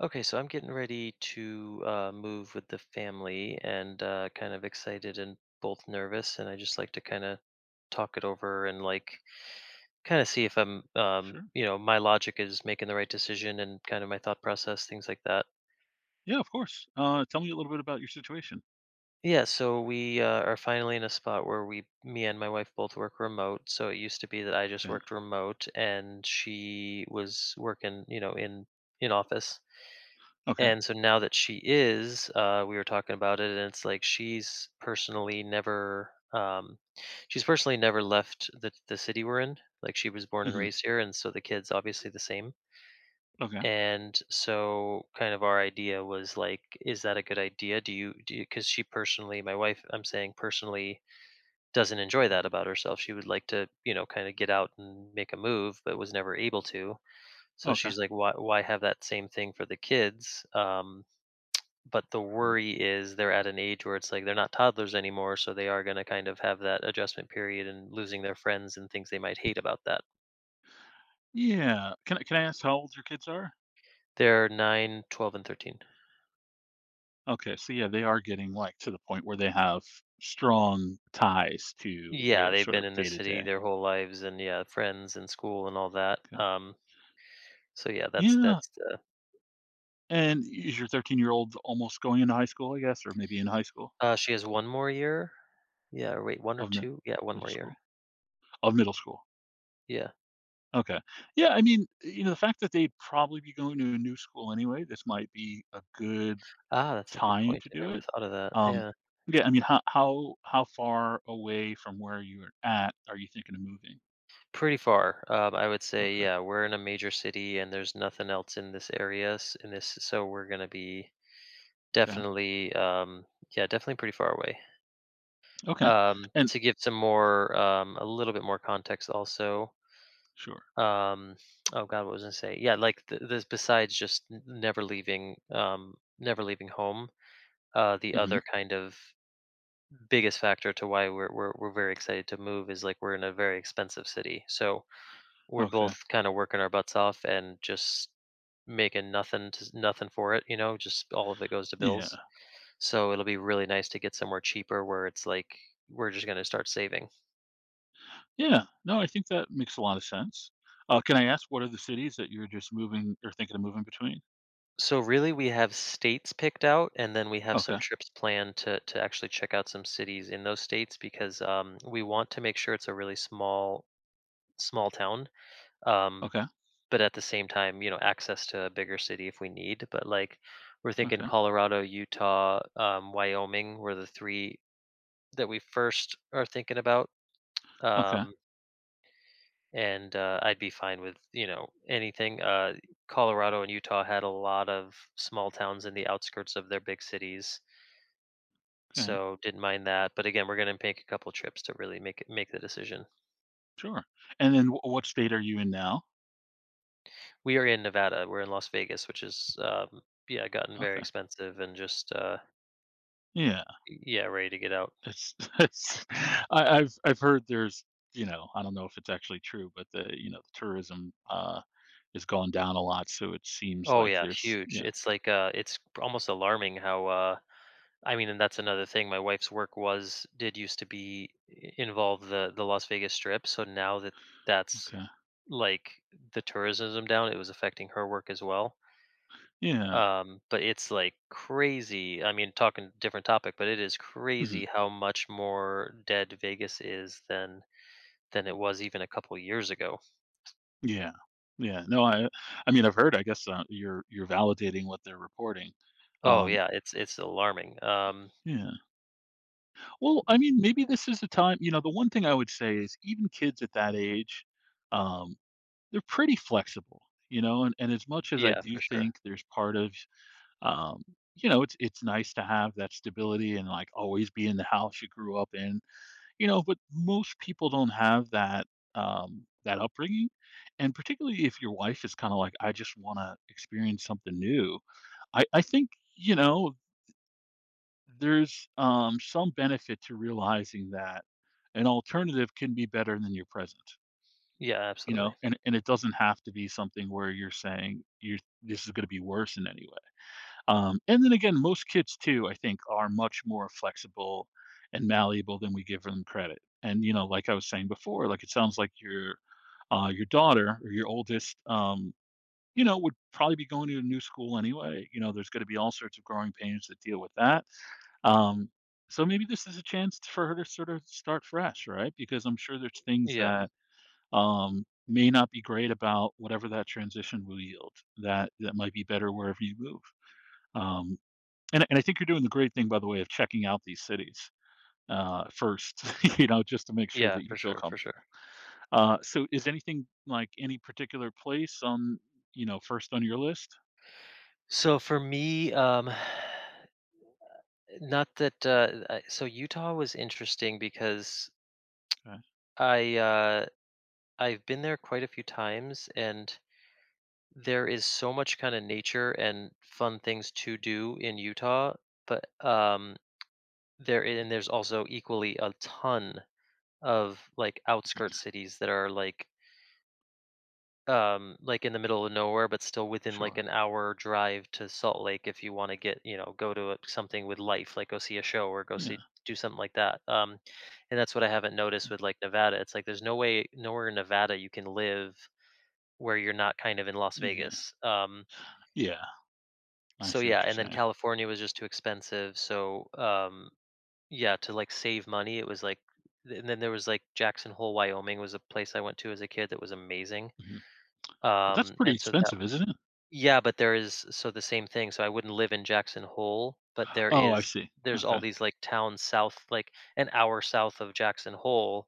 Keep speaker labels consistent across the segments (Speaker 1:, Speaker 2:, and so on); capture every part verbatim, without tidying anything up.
Speaker 1: Okay, so I'm getting ready to uh, move with the family and uh, kind of excited and both nervous. And I just like to kind of talk it over and like kind of see if I'm, um,
Speaker 2: Sure.
Speaker 1: you know, my logic is making the right decision and kind of my thought process, things like that.
Speaker 2: Yeah, of course. Uh, tell me a little bit about your situation.
Speaker 1: Yeah, so we uh, are finally in a spot where we, me and my wife both work remote. So it used to be that I just
Speaker 2: Okay.
Speaker 1: worked remote and she was working, you know, in in office.
Speaker 2: Okay.
Speaker 1: And so now that she is, uh, we were talking about it, and it's like she's personally never, um, she's personally never left the the city we're in. Like she was born and
Speaker 2: Hmm.
Speaker 1: raised here, and so the kids obviously the same.
Speaker 2: Okay.
Speaker 1: And so, kind of our idea was like, is that a good idea? Do you do? Because she personally, my wife, I'm saying personally, doesn't enjoy that
Speaker 2: Oh,
Speaker 1: about herself. She would like to, you know, kind of get out and make a move, but was never able to. So
Speaker 2: okay.
Speaker 1: she's like, why why have that same thing for the kids. Um, but the
Speaker 2: Mm.
Speaker 1: worry is they're at an age where it's like they're not toddlers anymore, so they are going to kind of have that adjustment period and losing their friends and things they might hate about that.
Speaker 2: Yeah. Can I can I ask how old your kids are?
Speaker 1: They're nine, twelve, and thirteen.
Speaker 2: Okay. So yeah, they are getting like to the point where they have strong ties to
Speaker 1: Yeah,
Speaker 2: their
Speaker 1: they've
Speaker 2: sort
Speaker 1: been
Speaker 2: of
Speaker 1: in the
Speaker 2: day to
Speaker 1: city
Speaker 2: day.
Speaker 1: their whole lives and yeah, friends and school and all that.
Speaker 2: Okay.
Speaker 1: Um, so yeah, that's
Speaker 2: Yeah.
Speaker 1: that's the
Speaker 2: And is your thirteen year old almost going into high school, I guess, or maybe in high school
Speaker 1: uh she has one more year. Yeah, or wait, one or
Speaker 2: of mid-
Speaker 1: two? Yeah, one
Speaker 2: middle
Speaker 1: more year.
Speaker 2: school of middle school?
Speaker 1: Yeah.
Speaker 2: Okay. Yeah. I mean, you know, the fact that they'd probably be going to a new school anyway, this might be a good
Speaker 1: Ah, that's a good
Speaker 2: time
Speaker 1: point.
Speaker 2: to
Speaker 1: I
Speaker 2: do
Speaker 1: never
Speaker 2: it.
Speaker 1: thought of that.
Speaker 2: Um,
Speaker 1: Yeah.
Speaker 2: yeah, I mean, how how how far away from where you're at are you thinking of moving?
Speaker 1: Pretty far. Um, I would say,
Speaker 2: Okay,
Speaker 1: yeah, we're in a major city and there's nothing else in this area s- in this so we're going to be
Speaker 2: okay,
Speaker 1: definitely, um yeah, definitely pretty far away.
Speaker 2: okay,
Speaker 1: Um
Speaker 2: and
Speaker 1: to give some more um a little bit more context also.
Speaker 2: sure.
Speaker 1: Um oh god, what was I going to say? Yeah, like th- this besides just n- never leaving um never leaving home. Uh the
Speaker 2: Hmm.
Speaker 1: other kind of biggest factor to why we're we're we're very excited to move is like we're in a very expensive city. So we're
Speaker 2: Okay,
Speaker 1: both kind of working our butts off and just making nothing to, nothing for it you know just all of it goes to
Speaker 2: yeah,
Speaker 1: bills. So it'll be really nice to get somewhere cheaper where it's like we're just going to start saving.
Speaker 2: yeah. No, I think that makes a lot of sense. Uh, can I ask what are the cities that you're just moving or thinking of moving between?
Speaker 1: So really we have states picked out, and then we have some
Speaker 2: Okay,
Speaker 1: trips planned to to actually check out some cities in those states because um, we want to make sure it's a really small small town. um,
Speaker 2: okay,
Speaker 1: but at the same time, you know, access to a bigger city if we need. But like, we're thinking
Speaker 2: okay,
Speaker 1: Colorado, Utah, um, Wyoming were the three that we first are thinking about.
Speaker 2: okay,
Speaker 1: Um, and uh, I'd be fine with you know anything. Uh, Colorado and Utah had a lot of small towns in the outskirts of their big cities,
Speaker 2: okay,
Speaker 1: so didn't mind that. But again, we're going to make a couple trips to really make it make the decision.
Speaker 2: sure. And then wh- what state are you in now?
Speaker 1: We are in Nevada. We're in Las Vegas, which is, um, yeah, gotten very
Speaker 2: Okay,
Speaker 1: expensive and just, uh,
Speaker 2: yeah.
Speaker 1: yeah, ready to get out.
Speaker 2: It's, it's I, I've I've heard there's, you know I don't know if it's actually true, but the, you know the tourism, uh is gone down a lot, so it seems
Speaker 1: Oh
Speaker 2: like
Speaker 1: yeah,
Speaker 2: there's,
Speaker 1: huge.
Speaker 2: yeah,
Speaker 1: It's like uh it's almost alarming how. uh I mean, and that's another thing, my wife's work was did used to be i- involve the the Las Vegas strip. So now that that's,
Speaker 2: okay,
Speaker 1: like, the tourism down, it was affecting her work as well.
Speaker 2: yeah,
Speaker 1: Um but it's like crazy. I mean, talking different topic, but it is
Speaker 2: mhm,
Speaker 1: crazy how much more dead Vegas is than than it was even a couple years ago.
Speaker 2: yeah, yeah, no, I I mean, I've heard, I guess, uh, you're you're validating what they're reporting.
Speaker 1: Oh
Speaker 2: Um,
Speaker 1: yeah, it's it's alarming. Um
Speaker 2: yeah. Well,
Speaker 1: y-
Speaker 2: I mean, maybe this is the time. You know, the one thing I would say is even kids at that age, um, they're pretty flexible. You know, and, and as much as I
Speaker 1: yeah,
Speaker 2: do
Speaker 1: for sure.
Speaker 2: think there's part of um, you know, it's it's nice to have that stability and like always be in the house you grew up in, you know. But most people don't have that um, that upbringing, and particularly if your wife is kind of like, I just want to experience something new. I I think, you know there's, um, some benefit to realizing that an alternative can be better than your present.
Speaker 1: Yeah,
Speaker 2: You
Speaker 1: absolutely.
Speaker 2: know, and and it doesn't have to be something where you're saying, you're this is going to be worse in any way. Um, and then again, most kids too, I think, are much more flexible and malleable than we give them credit. And you know, like I was saying before, like it sounds like your uh, your daughter or your oldest, um, you know, would probably be going to a new school anyway. You know, there's going to be all sorts of growing pains that deal with that. Um, so maybe this is a chance for her to sort of start fresh, right? Because I'm sure there's things
Speaker 1: Yeah.
Speaker 2: that, um, may not be great about whatever that transition will yield. That that might be better wherever you move. Um, and and I think you're doing the great thing, by the way, of checking out these cities, uh, first, you know, just to make sure
Speaker 1: Yeah,
Speaker 2: that you
Speaker 1: for
Speaker 2: feel
Speaker 1: sure, for
Speaker 2: comfortable.
Speaker 1: sure.
Speaker 2: Uh, so, is anything like any particular place on, you know, first on your list?
Speaker 1: So for me, um, not that uh, I, so Utah was interesting because
Speaker 2: Okay.
Speaker 1: I uh, I've been there quite a few times, and there is so much kind of nature and fun things to do in Utah. But um, there
Speaker 2: Mm.
Speaker 1: and there's also equally a ton of like outskirt cities that are like. Um, like in the middle of nowhere, but still within like
Speaker 2: Sure.
Speaker 1: an hour drive to Salt Lake if you want to get, you know, go to a, something with life, like go see a show or go
Speaker 2: Yeah.
Speaker 1: see do something like that. Um, and that's what I haven't noticed with like Nevada. It's like there's no way nowhere in Nevada you can live where you're not kind of in Las
Speaker 2: Yeah.
Speaker 1: Vegas. Um,
Speaker 2: Yeah. I
Speaker 1: so
Speaker 2: see what
Speaker 1: yeah, and
Speaker 2: you're
Speaker 1: then
Speaker 2: saying.
Speaker 1: California was just too expensive. So um, yeah, to like save money, it was like, and then there was like Jackson Hole, Wyoming was a place I went to as a kid that was amazing.
Speaker 2: Mhm. But that's
Speaker 1: Um,
Speaker 2: pretty
Speaker 1: and so,
Speaker 2: expensive, isn't it?
Speaker 1: yeah, but there is, so the same thing. So I wouldn't live in Jackson Hole, but there
Speaker 2: Oh, I
Speaker 1: is
Speaker 2: see.
Speaker 1: there's all
Speaker 2: Okay.
Speaker 1: these like towns south, like an hour south of Jackson Hole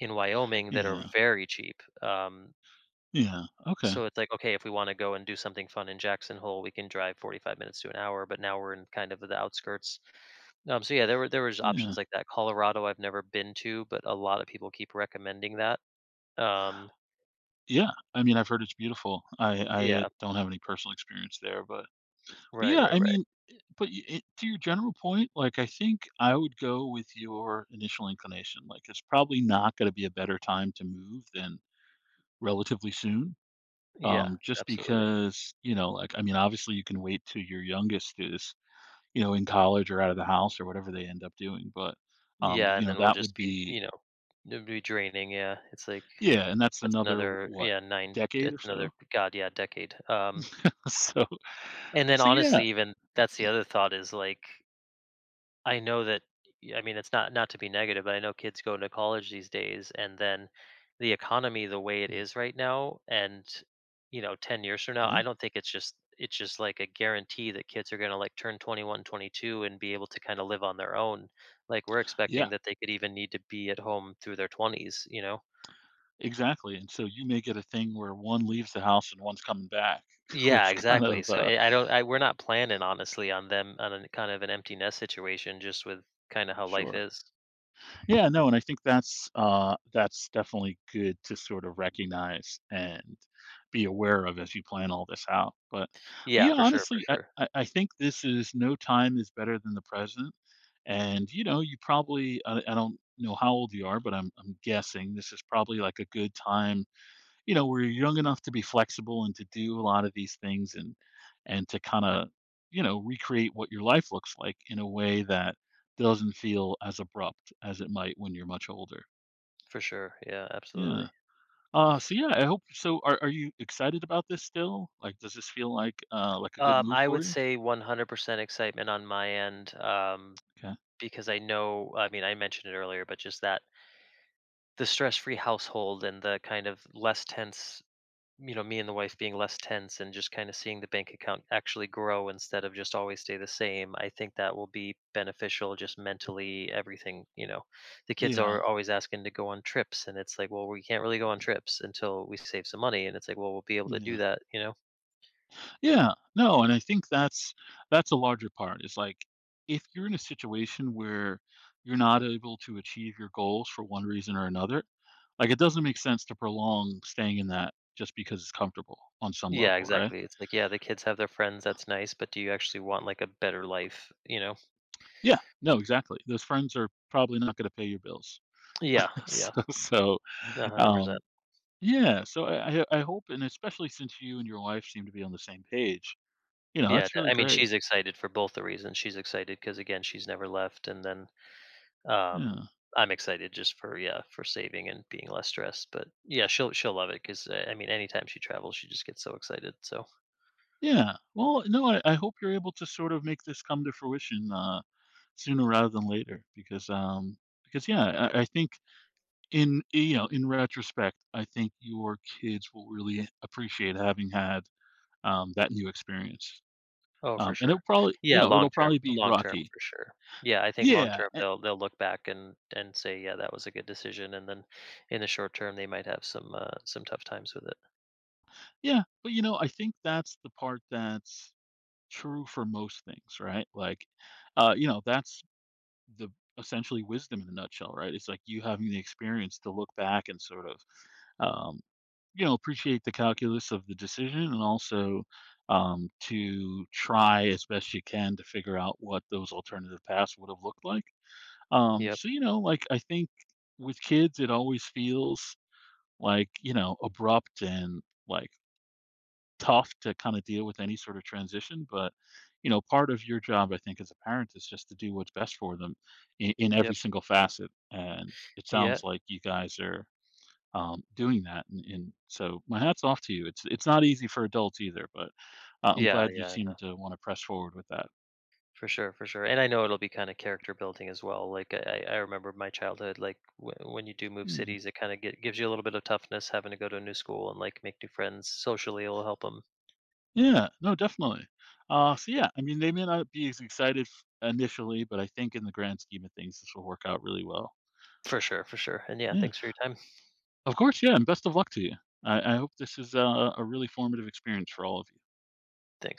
Speaker 1: in Wyoming that are
Speaker 2: Yeah.
Speaker 1: very cheap. Um,
Speaker 2: Yeah. Okay.
Speaker 1: so it's like, okay, if we want to go and do something fun in Jackson Hole, we can drive forty-five minutes to an hour. But now we're in kind of the outskirts. Um, so yeah, there were there was options
Speaker 2: Yeah.
Speaker 1: like that. Colorado, I've never been to, but a lot of people keep recommending that. Um,
Speaker 2: Yeah. I mean, I've heard it's beautiful. I I uh,
Speaker 1: yeah,
Speaker 2: don't have any personal experience there, but But
Speaker 1: right,
Speaker 2: yeah,
Speaker 1: right,
Speaker 2: I
Speaker 1: right.
Speaker 2: mean, eh, but y it to your general point, like, I think I would go with your initial inclination, like, it's probably not gonna be a better time to move than relatively soon,
Speaker 1: Yeah,
Speaker 2: um, just
Speaker 1: absolutely.
Speaker 2: because, you know, like, I mean, obviously, you can wait till your youngest is, you know, in college or out of the house or whatever they end up doing, but, um,
Speaker 1: Yeah,
Speaker 2: you
Speaker 1: and then
Speaker 2: know,
Speaker 1: we'll
Speaker 2: that
Speaker 1: just
Speaker 2: would
Speaker 1: be, you
Speaker 2: be,
Speaker 1: know, it'll be draining, yeah. It's like
Speaker 2: yeah, and that's
Speaker 1: that's
Speaker 2: another,
Speaker 1: another,
Speaker 2: what,
Speaker 1: yeah, nine,
Speaker 2: decade or
Speaker 1: that's
Speaker 2: so?
Speaker 1: another, god, yeah, decade. Um,
Speaker 2: So
Speaker 1: and then
Speaker 2: so
Speaker 1: honestly,
Speaker 2: yeah.
Speaker 1: even that's the other thought is like, I know that, I mean, it's not not to be negative, but I know kids go into college these days, and then the economy the way it
Speaker 2: Mm,
Speaker 1: is right now, and you know, ten years from now, I
Speaker 2: yeah.
Speaker 1: don't think it's just it's just like a guarantee that kids are going to like turn twenty one, twenty two, and be able to kind of live on their own. Like we're expecting
Speaker 2: Yeah.
Speaker 1: that they could even need to be at home through their twenties, you know.
Speaker 2: Exactly, and so you may get a thing where one leaves the house and one's coming back,
Speaker 1: Yeah,
Speaker 2: which kind
Speaker 1: exactly.
Speaker 2: of,
Speaker 1: So
Speaker 2: uh
Speaker 1: I I don't I we're not planning honestly on them on a kind of an empty nest situation just with kind of how life
Speaker 2: sure.
Speaker 1: is.
Speaker 2: Yeah, no, and I think that's, uh that's definitely good to sort of recognize and be aware of as you plan all this out, but but
Speaker 1: Yeah,
Speaker 2: yeah,
Speaker 1: for sure, for
Speaker 2: honestly, I
Speaker 1: sure.
Speaker 2: I I think this is no time is better than the present, and, you know, you probably I I don't know how old you are, but I'm I'm guessing this is probably like a good time, you know, we're young enough to be flexible and to do a lot of these things and and to kind of, you know, recreate what your life looks like in a way that doesn't feel as abrupt as it might when you're much older.
Speaker 1: For sure. Yeah,
Speaker 2: Yeah.
Speaker 1: absolutely.
Speaker 2: Uh so yeah, I hope so, are are you excited about this still? Like does this feel like, uh like a good
Speaker 1: Um,
Speaker 2: move
Speaker 1: I
Speaker 2: for
Speaker 1: would
Speaker 2: you?
Speaker 1: say one hundred percent excitement on my end, um,
Speaker 2: Okay.
Speaker 1: because I know, I mean, I mentioned it earlier, but just that the stress free household and the kind of less tense, you know, me and the wife being less tense and just kind of seeing the bank account actually grow instead of just always stay the same. I think that will be beneficial just mentally, everything, you know. The kids are
Speaker 2: Yeah.
Speaker 1: always asking to go on trips, and it's like, well, we can't really go on trips until we save some money. And it's like, well, we'll be able to do
Speaker 2: Yeah.
Speaker 1: that, you know.
Speaker 2: Yeah. No, and I think that's that's a larger part. Is like if you're in a situation where you're not able to achieve your goals for one reason or another, like it doesn't make sense to prolong staying in that just because it's comfortable on some
Speaker 1: Yeah,
Speaker 2: level, right?
Speaker 1: exactly. It's like, yeah, the kids have their friends, that's nice, but do you actually want like a better life, you know?
Speaker 2: Yeah, no, exactly. Those friends are probably not going to pay your bills.
Speaker 1: Yeah,
Speaker 2: so,
Speaker 1: yeah,
Speaker 2: so
Speaker 1: one hundred percent.
Speaker 2: um, yeah, so, I, I I hope, and especially since you and your wife seem to be on the same page, you know,
Speaker 1: Yeah,
Speaker 2: that's really
Speaker 1: I mean,
Speaker 2: great.
Speaker 1: she's excited for both the reasons. She's excited because again, she's never left, and then um,
Speaker 2: Yeah.
Speaker 1: I'm excited just for, yeah, for saving and being less stressed. But yeah, she'll she'll love it because I mean, anytime she travels, she just gets so excited. So.
Speaker 2: Yeah. Well, no, I, I hope you're able to sort of make this come to fruition, uh, sooner rather than later because, um, because yeah, I, I think, In eh, you know, in retrospect, I think your kids will really appreciate having had, um, that new experience.
Speaker 1: Oh, for
Speaker 2: Um, and it'll
Speaker 1: sure.
Speaker 2: probably you
Speaker 1: Yeah,
Speaker 2: know,
Speaker 1: long
Speaker 2: it'll
Speaker 1: term,
Speaker 2: probably be
Speaker 1: long term
Speaker 2: rocky.
Speaker 1: for sure. Yeah, I think long
Speaker 2: Yeah,
Speaker 1: term
Speaker 2: eh
Speaker 1: they'll they'll look back and and say, yeah, that was a good decision. And then in the short term, they might have some uh, some tough times with it.
Speaker 2: yeah, but, you know, I think that's the part that's true for most things, right? Like, uh, you know, that's the essentially wisdom in a nutshell, right? It's like you having the experience to look back and sort of, um you know, appreciate the calculus of the decision and also, um, to try as best you can to figure out what those alternative paths would have looked like. Um,
Speaker 1: Yep,
Speaker 2: so, you know, like I think with kids, it always feels like, you know, abrupt and like tough to kind of deal with any sort of transition. But, you know, part of your job, I think, as a parent is just to do what's best for them in, in every
Speaker 1: yep,
Speaker 2: single facet. And it
Speaker 1: yeah,
Speaker 2: sounds like you guys are, um, doing that. And, and so my hat's off to you. It's it's not easy for adults either, but uh, I'm
Speaker 1: yeah,
Speaker 2: glad you
Speaker 1: yeah,
Speaker 2: seem to want to press forward with that.
Speaker 1: for sure, for sure. And I know it'll be kind of character building as well. Like I, I I remember my childhood. Like w- when you do move
Speaker 2: Yeah,
Speaker 1: cities, it kind of get, gives you a little bit of toughness having to go to a new school and like make new friends socially. It'll help them
Speaker 2: yeah, no, definitely. Uh, so yeah, I mean, they may not be as excited f- initially, but I think in the grand scheme of things, this will work out really well.
Speaker 1: for sure, for sure. And yeah,
Speaker 2: Yeah,
Speaker 1: thanks for your time.
Speaker 2: of course. Yeah, and best of luck to you. I, I hope this is a, a really formative experience for all of you.
Speaker 1: Thanks.